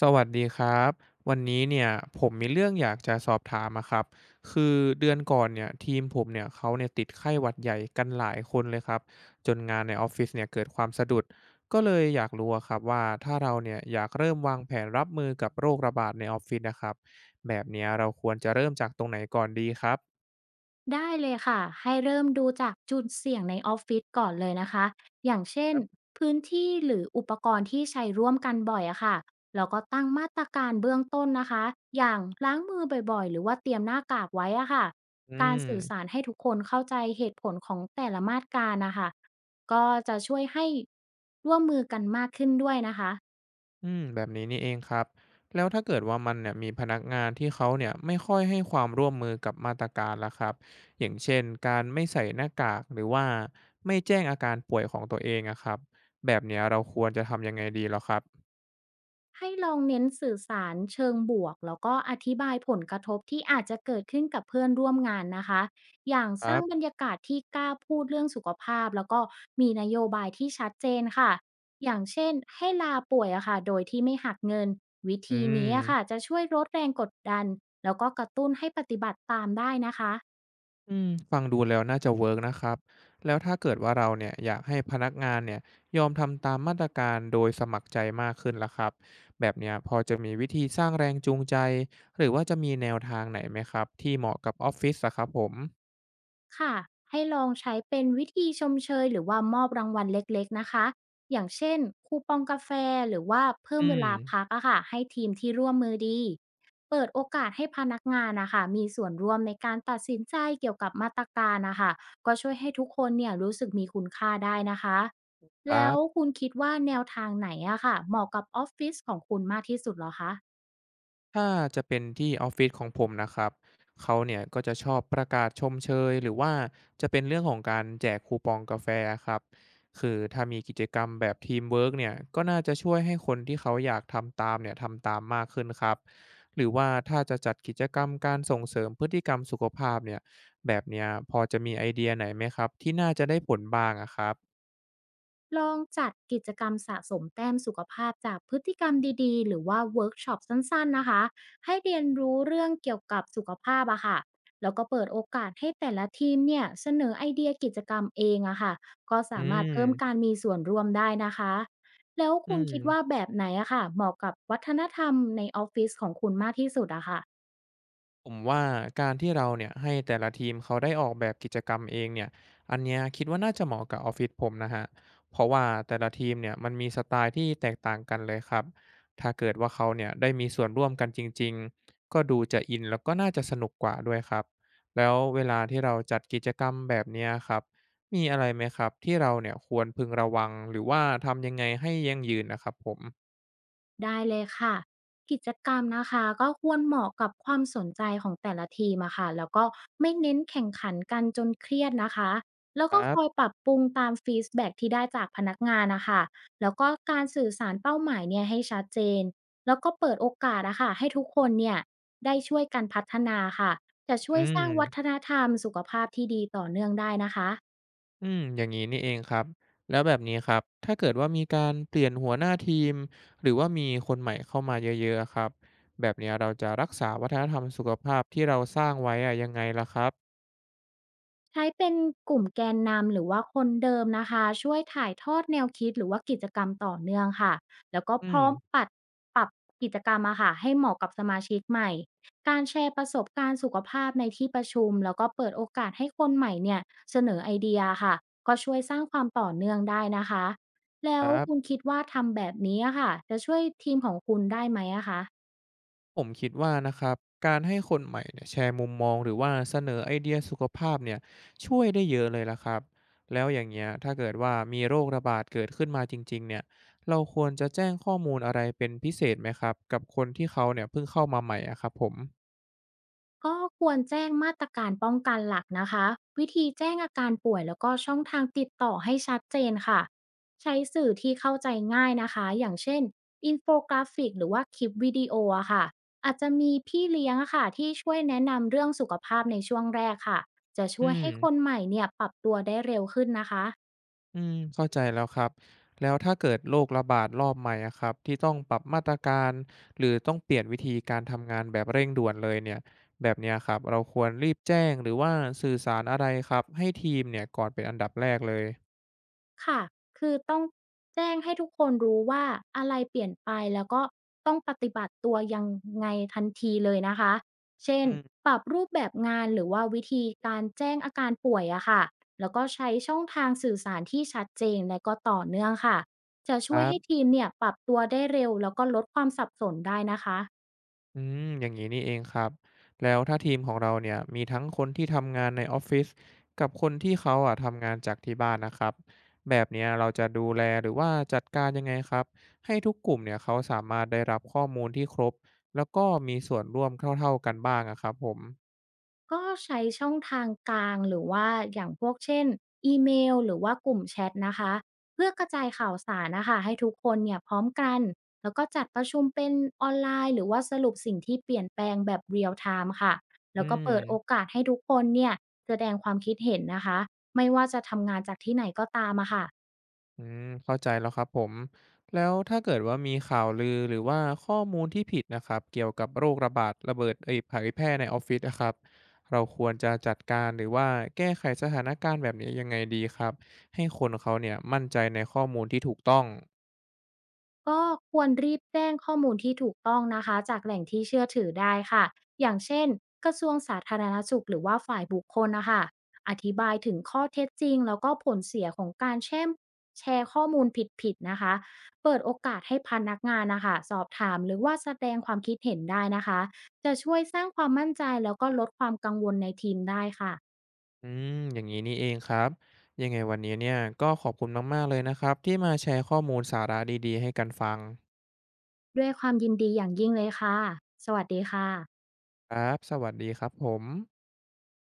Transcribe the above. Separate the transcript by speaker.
Speaker 1: สวัสดีครับวันนี้เนี่ยผมมีเรื่องอยากจะสอบถามอะครับคือเดือนก่อนเนี่ยทีมผมเนี่ยเขาเนี่ยติดไข้หวัดใหญ่กันหลายคนเลยครับจนงานในออฟฟิศเนี่ยเกิดความสะดุดก็เลยอยากรู้อะครับว่าถ้าเราเนี่ยอยากเริ่มวางแผนรับมือกับโรคระบาดในออฟฟิศนะครับแบบเนี้ยเราควรจะเริ่มจากตรงไหนก่อนดีครับ
Speaker 2: ได้เลยค่ะให้เริ่มดูจากจุดเสี่ยงในออฟฟิศก่อนเลยนะคะอย่างเช่
Speaker 1: ค
Speaker 2: น
Speaker 1: รับ
Speaker 2: พื้นที่หรืออุปกรณ์ที่ใช้ร่วมกันบ่อยอะค่ะแล้วก็ตั้งมาตรการเบื้องต้นนะคะอย่างล้างมือบ่อยๆหรือว่าเตรียมหน้ากากไว้อะค่ะ
Speaker 1: อื
Speaker 2: การ
Speaker 1: ม
Speaker 2: สื่อสารให้ทุกคนเข้าใจเหตุผลของแต่ละมาตรการนะคะก็จะช่วยให้ร่วมมือกันมากขึ้นด้วยนะคะ
Speaker 1: อืมแบบนี้นี่เองครับแล้วถ้าเกิดว่ามันเนี่ยมีพนักงานที่เขาเนี่ยไม่ค่อยให้ความร่วมมือกับมาตรการล่ะครับอย่างเช่นการไม่ใส่หน้ากากหรือว่าไม่แจ้งอาการป่วยของตัวเองอะครับแบบเนี้ยเราควรจะทำยังไงดีเหรอครับ
Speaker 2: ให้ลองเน้นสื่อสารเชิงบวกแล้วก็อธิบายผลกระทบที่อาจจะเกิดขึ้นกับเพื่อนร่วมงานนะคะอย่าง
Speaker 1: ค
Speaker 2: ส
Speaker 1: รั
Speaker 2: ร้างบรร
Speaker 1: บ
Speaker 2: ยากาศที่กล้าพูดเรื่องสุขภาพแล้วก็มีนโยบายที่ชัดเจนค่ะอย่างเช่นให้ลาป่วยอะค่ะโดยที่ไม่หักเงินวิ
Speaker 1: อื
Speaker 2: ธีนี้อะค่ะ
Speaker 1: ม
Speaker 2: จะช่วยลดแรงกดดันแล้วก็กระตุ้นให้ปฏิบัติตามได้นะคะ
Speaker 1: อืมฟังดูแล้วน่าจะเวิร์กนะครับแล้วถ้าเกิดว่าเราเนี่ยอยากให้พนักงานเนี่ยยอมทำตามมาตรการโดยสมัครใจมากขึ้นล่ะครับแบบเนี้ยพอจะมีวิธีสร้างแรงจูงใจหรือว่าจะมีแนวทางไหนไหมครับที่เหมาะกับออฟฟิศอะครับผม
Speaker 2: ค่ะให้ลองใช้เป็นวิธีชมเชยหรือว่ามอบรางวัลเล็กๆนะคะอย่างเช่นคูปองกาแฟหรือว่าเพิ่
Speaker 1: อื
Speaker 2: มเว
Speaker 1: ม
Speaker 2: ลาพักอะค่ะให้ทีมที่ร่วมมือดีเปิดโอกาสให้พนักงานนะคะมีส่วนร่วมในการตัดสินใจเกี่ยวกับมาตรการนะคะก็ช่วยให้ทุกคนเนี่ยรู้สึกมีคุณค่าได้นะคะ
Speaker 1: ครั
Speaker 2: แล้ว
Speaker 1: บ
Speaker 2: คุณคิดว่าแนวทางไหนอะค่ะเหมาะกับออฟฟิศของคุณมากที่สุดเหรอคะ
Speaker 1: ถ้าจะเป็นที่ออฟฟิศของผมนะครับเขาเนี่ยก็จะชอบประกาศชมเชยหรือว่าจะเป็นเรื่องของการแจกคูปองกาแฟครับคือถ้ามีกิจกรรมแบบทีมเวิร์กเนี่ยก็น่าจะช่วยให้คนที่เขาอยากทำตามเนี่ยทำตามมากขึ้นครับหรือว่าถ้าจะจัดกิจกรรมการส่งเสริมพฤติกรรมสุขภาพเนี่ยแบบเนี้ยพอจะมีไอเดียไหนไหมครับที่น่าจะได้ผลบ้างอะครับ
Speaker 2: ลองจัดกิจกรรมสะสมแต้มสุขภาพจากพฤติกรรมดีๆหรือว่าเวิร์กช็อปสั้นๆนะคะให้เรียนรู้เรื่องเกี่ยวกับสุขภาพอะค่ะแล้วก็เปิดโอกาสให้แต่ละทีมเนี่ยเสนอไอเดียกิจกรรมเองอะค่ะก็
Speaker 1: อื
Speaker 2: สามารถเพิ่มการ
Speaker 1: ม
Speaker 2: มีส่วนร่วมได้นะคะแล้ว
Speaker 1: อื
Speaker 2: คุณ
Speaker 1: ม
Speaker 2: คิดว่าแบบไหนอะค่ะเหมาะกับวัฒนธรรมในออฟฟิศของคุณมากที่สุดอะค่ะ
Speaker 1: ผมว่าการที่เราเนี่ยให้แต่ละทีมเขาได้ออกแบบกิจกรรมเองเนี่ยอันเนี้ยคิดว่าน่าจะเหมาะกับออฟฟิศผมนะฮะเพราะว่าแต่ละทีมเนี่ยมันมีสไตล์ที่แตกต่างกันเลยครับถ้าเกิดว่าเขาเนี่ยได้มีส่วนร่วมกันจริงๆก็ดูจะอินแล้วก็น่าจะสนุกกว่าด้วยครับแล้วเวลาที่เราจัดกิจกรรมแบบเนี้ยครับมีอะไรไหมครับที่เราเนี่ยควรพึงระวังหรือว่าทำยังไงให้ยั่งยืนนะครับผม
Speaker 2: ได้เลยค่ะกิจกรรมนะคะก็ควรเหมาะกับความสนใจของแต่ละทีมอะค่ะแล้วก็ไม่เน้นแข่งขันกันจนเครียดนะคะแล้ว
Speaker 1: ค
Speaker 2: ก็
Speaker 1: รั
Speaker 2: คอย
Speaker 1: บ
Speaker 2: ปรับปรุงตามฟีดแบ็กที่ได้จากพนักงานนะคะแล้วก็การสื่อสารเป้าหมายเนี่ยให้ชัดเจนแล้วก็เปิดโอกาสอะค่ะให้ทุกคนเนี่ยได้ช่วยกันพัฒนาค่ะจะช่ว
Speaker 1: อื
Speaker 2: ยส
Speaker 1: ม
Speaker 2: ร้างวัฒนธรรมสุขภาพที่ดีต่อเนื่องได้นะคะ
Speaker 1: อืมอย่างงี้นี่เองครับ แล้วแบบนี้ครับ ถ้าเกิดว่ามีการเปลี่ยนหัวหน้าทีมหรือว่ามีคนใหม่เข้ามาเยอะๆอะครับแบบเนี้ยเราจะรักษาวัฒนธรรมสุขภาพที่เราสร้างไว้อะยังไงล่ะครับ
Speaker 2: ใช้เป็นกลุ่มแกนนำหรือว่าคนเดิมนะคะช่วยถ่ายทอดแนวคิดหรือว่ากิจกรรมต่อเนื่องค่ะแล้วก็
Speaker 1: อื
Speaker 2: พ
Speaker 1: ม
Speaker 2: ร้อมปรับกิจกรรมอะค่ะให้เหมาะกับสมาชิกใหม่การแชร์ประสบการณ์สุขภาพในที่ประชุมแล้วก็เปิดโอกาสให้คนใหม่เนี่ยเสนอไอเดียค่ะก็ช่วยสร้างความต่อเนื่องได้นะคะแล้
Speaker 1: ค
Speaker 2: ว
Speaker 1: รั
Speaker 2: คุณ
Speaker 1: บ
Speaker 2: คิดว่าทำแบบนี้อะค่ะจะช่วยทีมของคุณได้ไหมอะคะ
Speaker 1: ผมคิดว่านะครับการให้คนใหม่เนี่ยแชร์มุมมองหรือว่าเสนอไอเดียสุขภาพเนี่ยช่วยได้เยอะเลยล่ะครับแล้วอย่างเงี้ยถ้าเกิดว่ามีโรคระบาดเกิดขึ้นมาจริงๆเนี่ยเราควรจะแจ้งข้อมูลอะไรเป็นพิเศษไหมครับกับคนที่เขาเนี่ยเพิ่งเข้ามาใหม่อะครับผม
Speaker 2: ก็ควรแจ้งมาตรการป้องกันหลักนะคะวิธีแจ้งอาการป่วยแล้วก็ช่องทางติดต่อให้ชัดเจนค่ะใช้สื่อที่เข้าใจง่ายนะคะอย่างเช่นอินโฟกราฟิกหรือว่าคลิปวิดีโออะค่ะอาจจะมีพี่เลี้ยงอะค่ะที่ช่วยแนะนำเรื่องสุขภาพในช่วงแรกค่ะจะ
Speaker 1: อื
Speaker 2: ช่วย
Speaker 1: ม
Speaker 2: ให้คนใหม่เนี่ยปรับตัวได้เร็วขึ้นนะคะ
Speaker 1: อืมเข้าใจแล้วครับแล้วถ้าเกิดโรคระบาดรอบใหม่อะครับที่ต้องปรับมาตรการหรือต้องเปลี่ยนวิธีการทำงานแบบเร่งด่วนเลยเนี่ยแบบเนี้ยครับเราควรรีบแจ้งหรือว่าสื่อสารอะไรครับให้ทีมเนี่ยก่อนเป็นอันดับแรกเลย
Speaker 2: ค่ะ คือต้องแจ้งให้ทุกคนรู้ว่าอะไรเปลี่ยนไปแล้วก็ต้องปฏิบัติตัวยังไงทันทีเลยนะคะ เช่น
Speaker 1: อืม
Speaker 2: ปรับรูปแบบงานหรือว่าวิธีการแจ้งอาการป่วยอะค่ะ แล้วก็ใช้ช่องทางสื่อสารที่ชัดเจนและก็ต่อเนื่องค่ะจะ
Speaker 1: ค
Speaker 2: ช่วย
Speaker 1: รั
Speaker 2: ให้
Speaker 1: บ
Speaker 2: ทีมเนี่ยปรับตัวได้เร็วแล้วก็ลดความสับสนได้นะคะ
Speaker 1: อืมอย่างนี้นี่เองครับแล้วถ้าทีมของเราเนี่ยมีทั้งคนที่ทำงานในออฟฟิศกับคนที่เขาอ่ะทำงานจากที่บ้านนะครับแบบเนี้ยเราจะดูแลหรือว่าจัดการยังไงครับให้ทุกกลุ่มเนี่ยเขาสามารถได้รับข้อมูลที่ครบแล้วก็มีส่วนร่วมเท่าๆกันบ้างอะครับผม
Speaker 2: ก็ใช้ช่องทางกลางหรือว่าอย่างพวกเช่นอีเมลหรือว่ากลุ่มแชตนะคะเพื่อกระจายข่าวสารนะคะให้ทุกคนเนี่ยพร้อมกันแล้วก็จัดประชุมเป็นออนไลน์หรือว่าสรุปสิ่งที่เปลี่ยนแปลงแบบเรียลไทม์ค่ะ
Speaker 1: อื
Speaker 2: แล้วก็
Speaker 1: ม
Speaker 2: เปิดโอกาสให้ทุกคนเนี่ยแสดงความคิดเห็นนะคะไม่ว่าจะทำงานจากที่ไหนก็ตามอะค่ะ
Speaker 1: อืมเข้าใจแล้วครับผมแล้วถ้าเกิดว่ามีข่าวลือหรือว่าข้อมูลที่ผิดนะครับเกี่ยวกับโรคระบาดระเบิดเอ้ยเผยแพร่ในออฟฟิศนะครับเราควรจะจัดการหรือว่าแก้ไขสถานการณ์แบบนี้ยังไงดีครับให้คนเขาเนี่ยมั่นใจในข้อมูลที่ถูกต้อง
Speaker 2: ก็ควรรีบแจ้งข้อมูลที่ถูกต้องนะคะจากแหล่งที่เชื่อถือได้ค่ะอย่างเช่นกระทรวงสาธารณสุขหรือว่าฝ่ายบุคคลนะคะ อธิบายถึงข้อเท็จจริงแล้วก็ผลเสียของการแชร์ข้อมูลผิดๆนะคะเปิดโอกาสให้พนักงานนะคะสอบถามหรือว่าแสดงความคิดเห็นได้นะคะ จะช่วยสร้างความมั่นใจแล้วก็ลดความกังวลในทีมได้ค่ะ
Speaker 1: อืมอย่างนี้นี่เองครับยังไงวันนี้เนี่ยก็ขอบคุณมากๆเลยนะครับที่มาแชร์ข้อมูลสาระดีๆให้กันฟัง
Speaker 2: ด้วยความยินดีอย่างยิ่งเลยค่ะสวัสดีค่ะ
Speaker 1: ครับสวัสดีครับผม